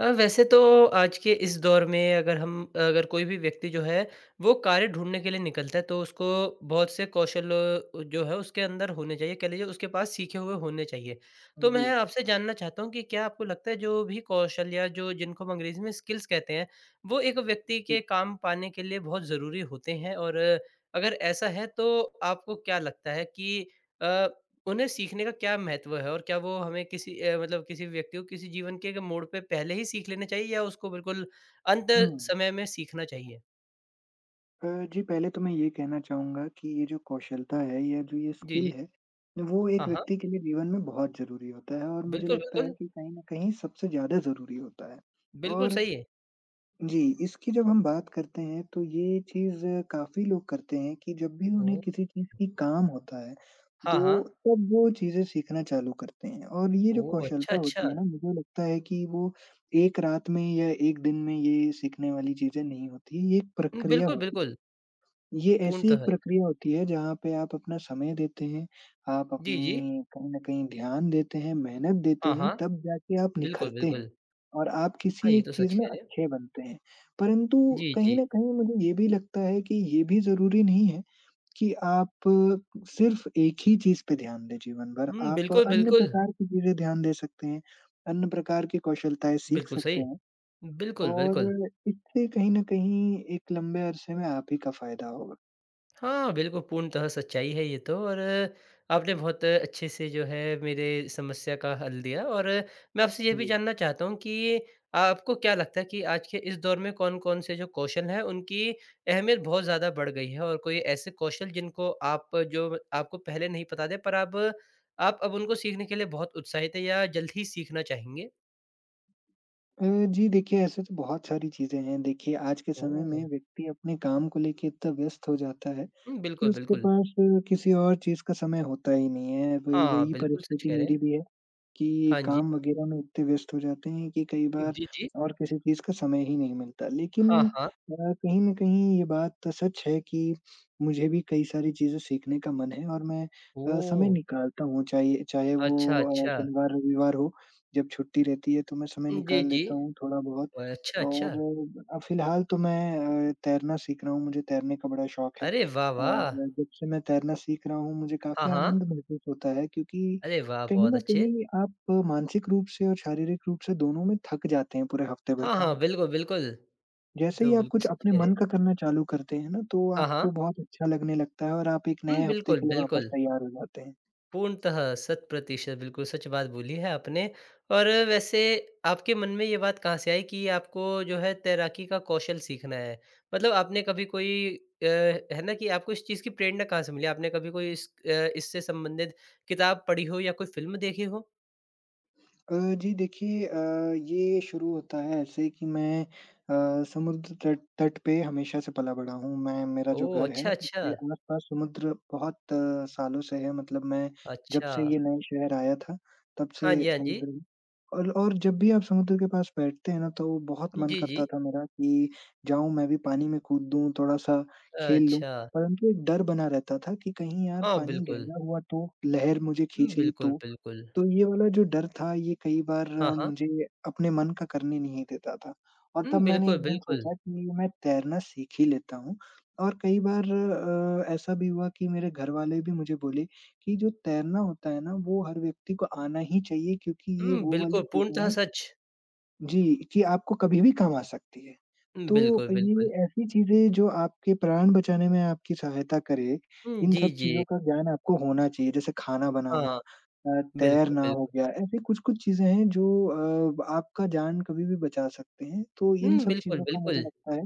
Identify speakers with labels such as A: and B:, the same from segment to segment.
A: वैसे तो आज के इस दौर में अगर हम अगर कोई भी व्यक्ति जो है वो कार्य ढूँढने के लिए निकलता है तो उसको बहुत से कौशल जो है उसके अंदर होने चाहिए, कह लीजिए उसके पास सीखे हुए होने चाहिए। तो
B: जी,
A: मैं आपसे जानना चाहता हूँ कि क्या आपको लगता है जो भी कौशल या जो जिनको हम अंग्रेज़ी में स्किल्स कहते हैं, वो एक व्यक्ति
B: जी।
A: के काम पाने के लिए बहुत ज़रूरी होते हैं? और अगर ऐसा है तो आपको क्या लगता है कि अ उन्हें सीखने का क्या महत्व है और क्या वो हमें किसी मतलब किसी व्यक्ति को किसी जीवन के मोड़ पे पहले ही सीख लेना चाहिए या उसको बिल्कुल अंत
B: हुँ।
A: समय में सीखना चाहिए?
B: अ, जी पहले तो मैं ये कहना चाहूँगा कि ये जो कौशलता है या जो ये
A: जी,
B: स्किल
A: जी।
B: है, वो
A: हाँ,
B: एक
A: हाँ।
B: व्यक्ति के लिए जीवन में बहुत ज़रूरी होता है और मुझे
A: बिल्कुल,
B: लगता है
A: बिल्कुल।
B: कि कहीं न कहीं सबसे ज़्यादा ज़रूरी होता है।
A: बिल्कुल
B: और
A: सही है।
B: जी, इसकी जब हम बात करते हैं तो ये चीज़ काफ़ी लोग करते हैं कि जब भी उन्हें
A: ओह!
B: किसी चीज़ की काम होता है,
A: हाँ,
B: तो
A: हाँ।
B: तब वो चीज़ें सीखना चालू करते हैं और ये जो
A: ओह! अच्छा,
B: कौशलता होती
A: अच्छा।
B: है ना, मुझे लगता है कि वो एक रात में या 1 दिन में ये सीखने वाली चीज़ें नहीं होती, ये एक
A: हुँ,
B: प्रक्रिया
A: बिल्कुल,
B: होती है।
A: बिल्कुल।
B: ये ऐसी
A: पूर्णतः।
B: एक
A: है।
B: प्रक्रिया होती है जहाँ पे आप अपना समय देते हैं, आप
A: जी, जी।
B: अपनी कहीं न कहीं ध्यान देते हैं, मेहनत देते
A: हाँ,
B: हैं,
A: हाँ।
B: तब जाके आप
A: बिल्कुल,
B: निखरते हैं
A: बिल्कुल।
B: और आप
A: हाँ,
B: किसी
A: ये
B: एक
A: तो
B: चीज़
A: सच
B: में
A: कह रहे हैं।
B: अच्छे बनते हैं। परंतु
A: जी,
B: कहीं
A: जी।
B: न कहीं मुझे ये भी लगता है कि ये भी ज़रूरी नहीं है कि आप सिर्फ़ एक ही चीज़ पे ध्यान दें जीवन भर,
A: हुँ,
B: आप
A: बिल्कुल,
B: अन्य
A: बिल्कुल।
B: प्रकार की चीज़ें ध्यान दे सकते हैं, अन्य प्रकार की कौशलताएँ सीख
A: बिल्कुल
B: सकते
A: सही।
B: हैं
A: बिल्कुल, बिल्कुल।
B: और इससे कहीं न कहीं एक लंबे अरसे में आप ही का फ़ायदा होगा।
A: हाँ, बिल्कुल, पूर्णतः सच्चाई है ये तो और आपने बहुत अच्छे से जो है मेरे समस्या का हल दिया और मैं आपसे ये भी
B: जी।
A: जानना चाहता हूँ कि आपको क्या लगता है कि आज के इस दौर में कौन-कौन से जो कौशल हैं, उनकी अहमियत बहुत ज़्यादा बढ़ गई है? और कोई ऐसे कौशल जिनको आप जो आपको पहले नहीं पता थे पर अब आप अब उनको सीखने के लिए बहुत उत्साहित हैं या जल्द ही सीखना चाहेंगे?
B: अ, जी देखिए, ऐसे तो बहुत सारी चीज़ें हैं। देखिए, आज के समय में
A: ओह!
B: व्यक्ति अपने काम को लेके इतना व्यस्त हो जाता है
A: हुँ,
B: कि
A: बिल्कुल,
B: उसके
A: बिल्कुल।
B: पास किसी और चीज़ का समय होता ही नहीं है। वही
A: हाँ,
B: वही
A: बिल्कुल सच
B: परिस्थिति
A: कह रहे
B: मेरी
A: हैं।
B: भी है। कि
A: हाँ जी।
B: काम वगैरह में इतने व्यस्त हो जाते हैं कि कई बार
A: जी, जी।
B: और किसी चीज़ का समय ही नहीं मिलता।
A: हाँ,
B: लेकिन
A: हाँ।
B: कहीं न कहीं ये बात तो सच है कि मुझे भी कई सारी चीज़ें सीखने का मन है और मैं समय
A: ओह!
B: निकालता हूँ, चाहिए चाहे
A: अच्छा,
B: वो
A: अच्छा।
B: शनिवार, रविवार हो, जब छुट्टी रहती है तो मैं समय
A: जी,
B: निकाल
A: जी।
B: लेता हूँ थोड़ा-बहुत।
A: ओह, अच्छा, अच्छा।
B: और फ़िलहाल तो मैं तैरना सीख रहा हूँ, मुझे तैरने का बड़ा शौक है
A: अरे वाह,
B: और
A: वाह!
B: जब से मैं तैरना सीख रहा हूँ, मुझे
A: हाँ,
B: काफ़ी
A: हाँ।
B: आनंद महसूस होता है क्योंकि
A: अरे वाह!
B: कहीं
A: बहुत
B: न
A: अच्छे।
B: कहीं आप मानसिक रूप से और शारीरिक रूप से दोनों में थक जाते हैं पूरे हफ्ते भर
A: हाँ,
B: काम
A: हाँ,
B: करके।
A: बिल्कुल, बिल्कुल। ये
B: जैसे
A: तो
B: ही आप
A: बिल्कुल
B: कुछ
A: सच
B: अपने
A: कह रहे
B: मन
A: हैं।
B: का करना चालू करते हैं ना, तो
A: हाँ,
B: आपको
A: हाँ।
B: बहुत अच्छा लगने लगता है और आप एक
A: हुँ,
B: नए हफ्ते
A: बिल्कुल,
B: के लिए वापस
A: बिल्कुल।
B: तैयार हो जाते हैं।
A: पूर्णतः, शत प्रतिशत बिल्कुल सच बात बोली है आपने। और वैसे आपके मन में ये बात कहाँ से आई कि आपको जो है तैराकी का कौशल सीखना है? मतलब आपने कभी कोई है ना कि आपको इस चीज़ की प्रेरणा कहाँ से मिली? आपने कभी कोई इस इससे संबंधित किताब पढ़ी हो या कोई फ़िल्म देखी हो?
B: अ, जी देखिए ये शुरू होता है ऐसे कि मैं समुद्र तट तट पे हमेशा से पला-बड़ा हूँ। मैं मेरा जो
A: ओह!
B: घर है
A: अच्छा, अच्छा।
B: उसके आस-पास समुद्र बहुत सालों से है मतलब मैं जब
A: अच्छा।
B: से ये नए शहर आया था तब से
A: हाँ जी, हाँ जी।
B: समुद्र है। और जब भी आप समुद्र के पास बैठते हैं ना तो बहुत मन
A: जी, जी।
B: करता था मेरा कि जाऊँ मैं भी पानी में कूद दूँ, थोड़ा-सा खेल लूँ।
A: अच्छा।
B: परंतु एक डर बना रहता था कि कहीं यार
A: हाँ,
B: पानी
A: बिल्कुल।
B: गहरा हुआ तो, लहर मुझे
A: हुँ,
B: खींच ली
A: बिल्कुल,
B: तो।
A: बिल्कुल।
B: तो ये वाला जो डर था ये कई बार
A: हाँ, हाँ।
B: मुझे अपने मन का करने नहीं देता था और तब
A: हुँ,
B: मैंने एक
A: बिल्कुल,
B: दिन
A: बिल्कुल।
B: सोचा कि मैं तैरना सीख ही लेता हूँ और कई बार ऐसा भी हुआ कि मेरे घर वाले भी मुझे बोले कि जो तैरना होता है ना वो हर व्यक्ति को आना ही चाहिए क्योंकि ये
A: हुँ,
B: वो वाली
A: बिल्कुल,
B: चीजें
A: पूर्णतः
B: हैं
A: सच।
B: जी, कि आपको कभी भी काम आ सकती है।
A: हुँ,
B: तो
A: बिल्कुल,
B: ये
A: बिल्कुल।
B: ऐसी चीज़ें जो आपके प्राण बचाने में आपकी सहायता करे,
A: हुँ,
B: इन
A: जी,
B: सब
A: जी।
B: चीज़ों का ज्ञान आपको होना चाहिए, जैसे खाना बनाना
A: हाँ, बिल्कुल,
B: तैरना हो
A: बिल्कुल।
B: गया, ऐसी कुछ-कुछ चीज़ें हैं जो आपका जान कभी भी बचा सकते हैं। तो इन
A: हुँ,
B: सब
A: बिल्कुल,
B: चीज़ों का मुझे
A: बिल्कुल।
B: लगता है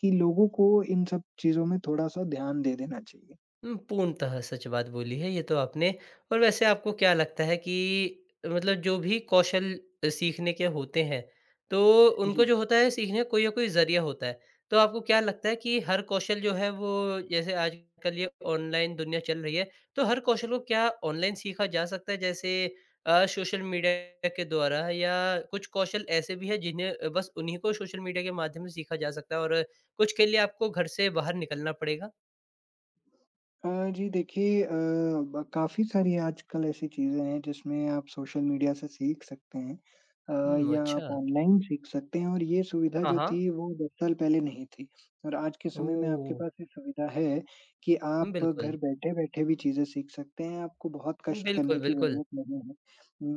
B: कि लोगों को इन सब चीज़ों में थोड़ा-सा ध्यान दे देना चाहिए।
A: हुँ, पूर्णतः सच बात बोली है ये तो आपने। और वैसे आपको क्या लगता है कि मतलब जो भी कौशल सीखने के होते हैं, तो उनको
B: जी।
A: जो होता है सीखने का कोई ना कोई ज़रिया होता है। तो आपको क्या लगता है कि हर कौशल जो है वो जैसे आजकल ये ऑनलाइन दुनिया चल रही है, तो हर कौशल को क्या ऑनलाइन सीखा जा सकता है? जैसे सोशल मीडिया के द्वारा या कुछ कौशल ऐसे भी हैं जिन्हें बस उन्हीं को सोशल मीडिया के माध्यम से सीखा जा सकता है और कुछ के लिए आपको घर से बाहर निकलना पड़ेगा?
B: अ, जी देखिए ब काफ़ी सारी आजकल ऐसी चीज़ें हैं जिसमें आप सोशल मीडिया से सीख सकते हैं
A: हुँ,
B: या
A: अच्छा।
B: आप ऑनलाइन सीख सकते हैं और ये सुविधा
A: हाँ,
B: जो
A: हाँ।
B: थी वो 10 साल पहले नहीं थी। और आज के समय में आपके
A: ओह!
B: पास ये सुविधा है कि
A: हुँ,
B: आप
A: बिल्कुल।
B: घर बैठे-बैठे भी चीज़ें सीख सकते हैं, आपको बहुत कष्ट
A: बिल्कुल,
B: करने की
A: बिल्कुल।
B: ज़रूरत नहीं है।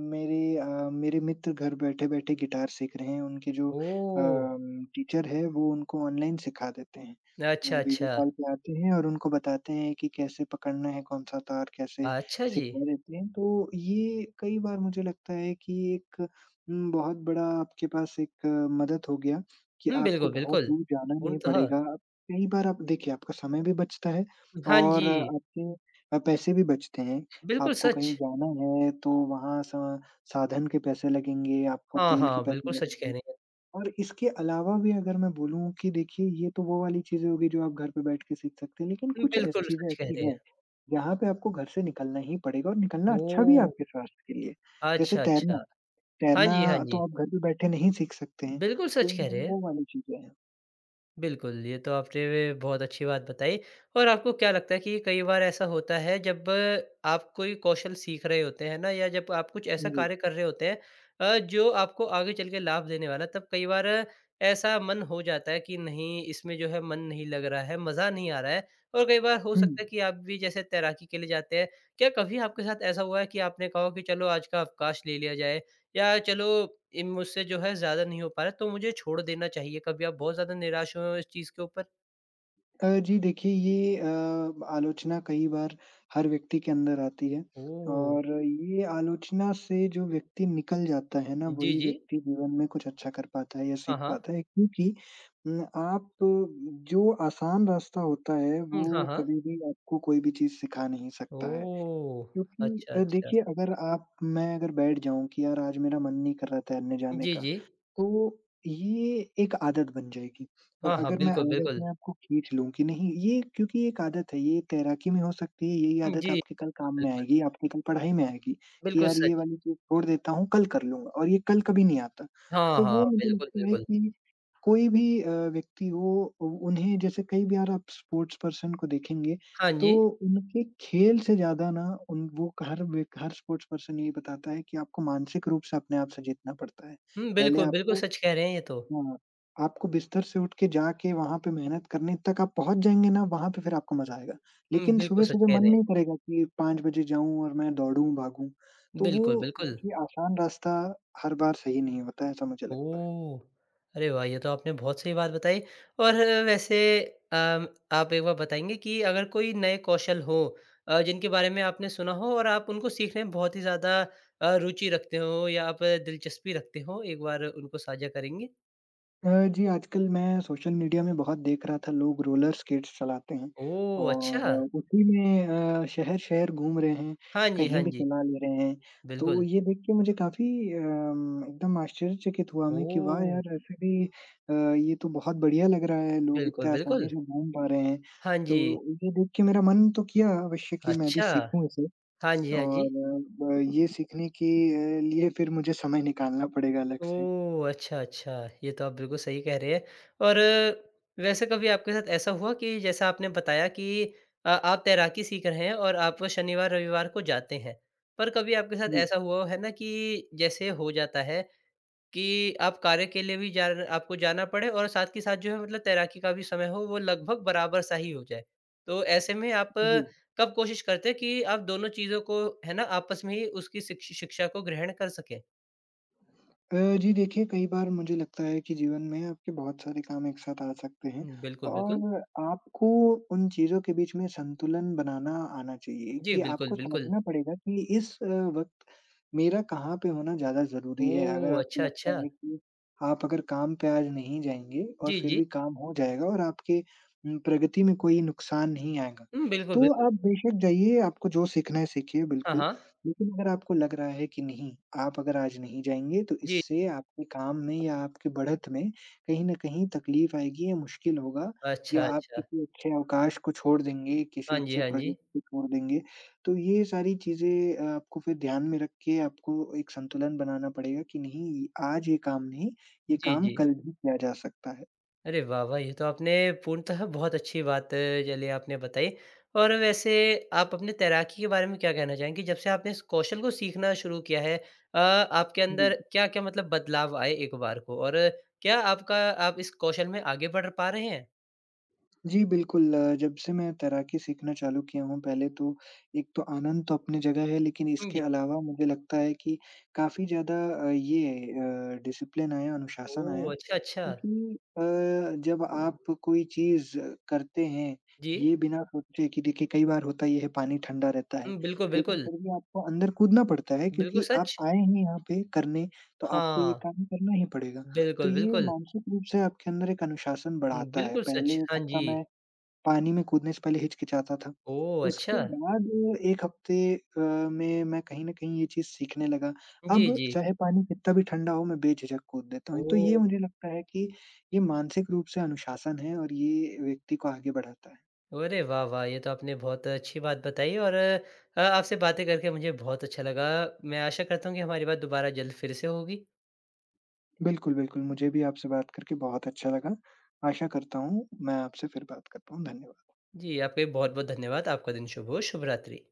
B: मेरे मित्र घर बैठे-बैठे गिटार सीख रहे हैं, उनके जो
A: ओह!
B: टीचर है वो उनको ऑनलाइन सिखा देते हैं।
A: अच्छा,
B: वीडियो
A: अच्छा।
B: कॉल पे आते हैं और उनको बताते हैं कि कैसे पकड़ना है कौन-सा तार, कैसे
A: अच्छा जी।
B: सिखा देते हैं। तो ये कई बार मुझे लगता है कि एक बहुत बड़ा आपके पास एक मदद हो गया कि
A: हुँ,
B: आपको
A: बिल्कुल,
B: बहुत
A: बिल्कुल।
B: दूर जाना नहीं
A: पूर्णतः हाँ
B: पड़ेगा। कई बार आप देखिए आपका समय भी बचता है
A: हाँ जी,
B: और आपके पैसे भी बचते हैं।
A: बिल्कुल
B: आपको कहीं
A: सच।
B: जाना है तो वहाँ सा साधन के पैसे लगेंगे, आपको
A: हाँ,
B: तेल के
A: हाँ,
B: पैसे
A: बिल्कुल सच कह
B: लगेंगे।
A: रही हैं।
B: और इसके अलावा भी अगर मैं बोलूँ कि देखिए ये तो वो वाली चीज़ें हो गई जो आप घर पे बैठ के सीख सकते हैं, लेकिन कुछ ऐसी
A: बिल्कुल
B: चीज़ें
A: सच कह
B: ऐसी
A: रहे हैं।
B: हैं, जहाँ पे आपको घर से निकलना ही पड़ेगा और निकलना अच्छा भी है
A: ओह!
B: आपके स्वास्थ्य के लिए। जैसे
A: अच्छा,
B: तैरना,
A: अच्छा। हाँ
B: तैरना
A: जी, हाँ जी।
B: तो आप घर पे बैठे नहीं सीख सकते हैं,
A: बिल्कुल सच
B: तो ये
A: कह रहे हैं।
B: वो वाली चीज़ें हैं।
A: बिल्कुल, ये तो आपने वे बहुत अच्छी बात बताई और आपको क्या लगता है कि कई बार ऐसा होता है जब आप कोई कौशल सीख रहे होते हैं ना या जब आप कुछ ऐसा
B: जी।
A: कार्य कर रहे होते हैं जो आपको आगे चल के लाभ देने वाला है, तब कई बार ऐसा मन हो जाता है कि नहीं, इसमें जो है मन नहीं लग रहा है, मज़ा नहीं आ रहा है और कई बार हो
B: हुँ।
A: सकता है कि आप भी जैसे तैराकी के लिए जाते हैं, क्या कभी आपके साथ ऐसा हुआ है कि आपने कहा हो कि चलो आज का अवकाश ले लिया जाए? या चलो इन मुझसे जो है ज़्यादा नहीं हो पा रहा, तो मुझे छोड़ देना चाहिए। कभी आप बहुत ज़्यादा निराश हुए हो इस चीज़ के ऊपर?
B: जी देखिए ये आलोचना कई बार हर व्यक्ति के अंदर आती है
A: ओह!
B: और ये आलोचना से जो व्यक्ति निकल जाता है ना
A: जी,
B: वही
A: जी।
B: व्यक्ति जीवन में कुछ अच्छा कर पाता है या
A: हाँ,
B: सीख
A: हाँ।
B: पाता है क्योंकि न, आप जो आसान रास्ता होता है वो
A: हुँ, हाँ, हाँ।
B: कभी भी आपको कोई भी चीज सिखा नहीं सकता है
A: ओह!
B: क्योंकि
A: अच्छा, अच्छा।
B: देखिए अगर आप मैं अगर बैठ जाऊं कि यार आज मेरा मन नहीं कर रहा तैरने जाने
A: जी,
B: का
A: जी।
B: तो ये एक आदत बन जाएगी और
A: हाँ, हाँ।
B: अगर मैं
A: बिल्कुल,
B: आज
A: बिल्कुल।
B: अपने आप को खींच लूँ कि नहीं ये क्योंकि एक आदत है, ये तैराकी में हो सकती है, यही
A: हुँ,
B: आदत
A: जी।
B: आपके कल काम में
A: बिल्कुल,
B: आएगी, आपके कल पढ़ाई में आएगी कि
A: बिल्कुल
B: यार ये
A: सच।
B: वाली चीज़ छोड़ देता हूँ, कल कर लूँगा और ये कल कभी नहीं आता।
A: हाँ,
B: तो
A: हाँ।
B: वो मुझे
A: बिल्कुल,
B: लगता है
A: बिल्कुल।
B: कि कोई भी व्यक्ति हो उ उन्हें जैसे कई बार आप स्पोर्ट्स पर्सन को देखेंगे,
A: हाँ
B: तो
A: जी।
B: उनके खेल से ज़्यादा ना उन वो हर व्यक हर स्पोर्ट्स पर्सन यही बताता है कि आपको मानसिक रूप से अपने आप से जीतना पड़ता है।
A: हुँ,
B: पहले
A: बिल्कुल, बिल्कुल
B: आपको
A: सच कह रहे हैं ये तो।
B: हाँ, आपको बिस्तर से उठ के जाके वहाँ पे मेहनत करने तक आप पहुँच जाएँगे ना, वहाँ पे फिर आपको मज़ा आएगा।
A: हुँ,
B: लेकिन
A: बिल्कुल सच
B: सुबह-सुबह
A: कह
B: मन
A: रहे हैं।
B: नहीं करेगा कि 5 बजे जाऊँ और मैं दौड़ूँ, भागूँ। तो
A: बिल्कुल,
B: वो
A: बिल्कुल।
B: देखिए आसान रास्ता हर बार सही नहीं होता है, ऐसा मुझे लगता है।
A: ओह! अरे वाह! ये तो आपने बहुत सही बात बताई और वैसे अम, आप एक बार बताएँगे कि अगर कोई नए कौशल हो जिनके बारे में आपने सुना हो और आप उनको सीखने में बहुत ही ज़्यादा रुचि रखते हो या आप दिलचस्पी रखते हो, एक बार उनको साझा करेंगे?
B: अ, जी, आजकल मैं सोशल मीडिया में बहुत देख रहा था लोग रोलर स्केट्स चलाते हैं
A: ओह! अच्छा।
B: और उसी में शहर-शहर घूम रहे हैं,
A: हाँ जी,
B: कहीं
A: हाँ
B: भी
A: जी।
B: चला ले रहे हैं। तो
A: बिल्कुल।
B: ये देख के मुझे काफ़ी एकदम आश्चर्यचकित हुआ मैं कि वाह
A: ओह!
B: यार! ऐसे भी ये तो बहुत बढ़िया लग रहा है, लोग
A: बिल्कुल,
B: इतने आसानी
A: बिल्कुल।
B: से घूम पा रहे हैं।
A: हाँ
B: तो
A: जी।
B: ये देख के मेरा मन तो किया अवश्य कि मैं भी
A: अच्छा।
B: सीखूँ इसे
A: हाँ जी, हाँ
B: और
A: जी।
B: ब ये सीखने के लिए फिर मुझे समय निकालना पड़ेगा अलग से।
A: ओह! अच्छा, अच्छा। ये तो आप बिल्कुल सही कह रहे हैं और वैसे कभी आपके साथ ऐसा हुआ कि जैसा आपने बताया कि आप तैराकी सीख रहे हैं और आप शनिवार, रविवार को जाते हैं। पर कभी आपके साथ
B: जी।
A: ऐसा हुआ है ना कि जैसे हो जाता है कि आप कार्य के लिए भी जा आपको जाना पड़े और साथ के साथ जो है मतलब तैराकी का भी समय हो वो लगभग बराबर-सा ही हो जाए। तो ऐसे में आप
B: जी
A: कब कोशिश करते हैं कि आप दोनों चीज़ों को है ना आपस में ही उसकी शिक्ष शिक्षा को ग्रहण कर सकें?
B: अ, जी देखिए, कई बार मुझे लगता है कि जीवन में आपके बहुत सारे काम एक साथ आ सकते हैं
A: हुँ, बिल्कुल, बिल्कुल।
B: और आपको उन चीज़ों के बीच में संतुलन बनाना आना चाहिए
A: जी,
B: कि
A: बिल्कुल,
B: आपको
A: बिल्कुल।
B: समझना पड़ेगा कि इस वक़्त मेरा कहाँ पे होना ज़्यादा ज़रूरी है। अगर
A: ओह!
B: आपको
A: अच्छा,
B: लगता
A: अच्छा।
B: है कि आप अगर काम पे आज नहीं जाएँगे और
A: जी,
B: फिर
A: जी।
B: भी काम हो जाएगा और आपके प्रगति में कोई नुकसान नहीं आएगा,
A: हुँ, बिल्कुल,
B: तो
A: बिल्कुल।
B: आप बेशक जाइए, आपको जो सीखना है सीखिए
A: हाँ,
B: बिल्कुल।
A: हाँ।
B: लेकिन अगर आपको लग रहा है कि नहीं, आप अगर आज नहीं जाएँगे तो
A: जी।
B: इससे आपके काम में या आपकी बढ़त में कहीं न कहीं तकलीफ़ आएगी या मुश्किल होगा
A: अच्छा,
B: या आप
A: अच्छा।
B: किसी अच्छे अवकाश को छोड़ देंगे, किसी
A: हाँ जी,
B: अच्छे
A: हाँ जी।
B: प्रोजेक्ट को छोड़ देंगे। तो ये सारी चीज़ें आपको फिर ध्यान में रख के आपको एक संतुलन बनाना पड़ेगा कि नहीं, आज ये काम नहीं, ये
A: जी,
B: काम
A: जी।
B: कल भी किया जा सकता है।
A: अरे वाह, वाह! ये तो आपने पूर्णतः बहुत अच्छी बात चलिए आपने बताई और वैसे आप अपने तैराकी के बारे में क्या कहना चाहेंगी? जब से आपने इस कौशल को सीखना शुरू किया है आपके
B: जी,
A: अंदर क्या-क्या मतलब बदलाव आए एक बार को? और क्या आपका आप इस कौशल में आगे बढ़ पा रहे हैं?
B: जी, बिल्कुल जब से मैं तैराकी सीखना चालू किया हूँ, पहले तो एक तो आनंद तो अपनी जगह है, लेकिन
A: हुँ,
B: इसके
A: जी।
B: अलावा मुझे लगता है कि काफ़ी ज़्यादा ये डिसिप्लिन आया, अनुशासन आया
A: ओह! अच्छा, अच्छा।
B: क्योंकि जब आप कोई चीज़ करते हैं,
A: जी।
B: ये बिना सोचे कि देखिए कई बार होता ये है पानी ठंडा रहता है,
A: हुँ, बिल्कुल,
B: लेकिन
A: बिल्कुल।
B: फिर भी आपको अंदर कूदना पड़ता है
A: बिल्कुल
B: क्योंकि आप
A: सच।
B: आए हैं यहाँ पे करने, तो आपको ये
A: हाँ,
B: काम करना ही पड़ेगा। तो
A: बिल्कुल,
B: ये
A: बिल्कुल।
B: मानसिक रूप से आपके अंदर एक अनुशासन
A: हुँ,
B: बढ़ाता है।
A: बिल्कुल
B: पहले
A: सच।
B: 1
A: हाँ जी।
B: हफ्ता मैं पानी में कूदने से पहले हिचकिचाता था।
A: ओह!
B: उसके
A: अच्छा।
B: बाद 1 हफ्ते में मैं कहीं न कहीं ये चीज़ सीखने लगा।
A: जी,
B: अब
A: जी।
B: चाहे पानी कितना भी ठंडा हो मैं बेझिझक कूद देता हूँ। तो ये
A: ओह!
B: मुझे लगता है कि ये मानसिक रूप से अनुशासन है और ये व्यक्ति को आगे बढ़ाता है।
A: अरे वाह, वाह! ये तो आपने बहुत अच्छी बात बताई और आपसे बातें करके मुझे बहुत अच्छा लगा। मैं आशा करता हूँ कि हमारी बात दोबारा जल्द फिर से होगी।
B: बिल्कुल, बिल्कुल मुझे भी आपसे बात करके बहुत अच्छा लगा। आशा करता हूँ मैं आपसे फिर बात कर पाऊँ। धन्यवाद।
A: जी, आपका भी बहुत-बहुत धन्यवाद। आपका दिन शुभ हो। शुभ रात्रि।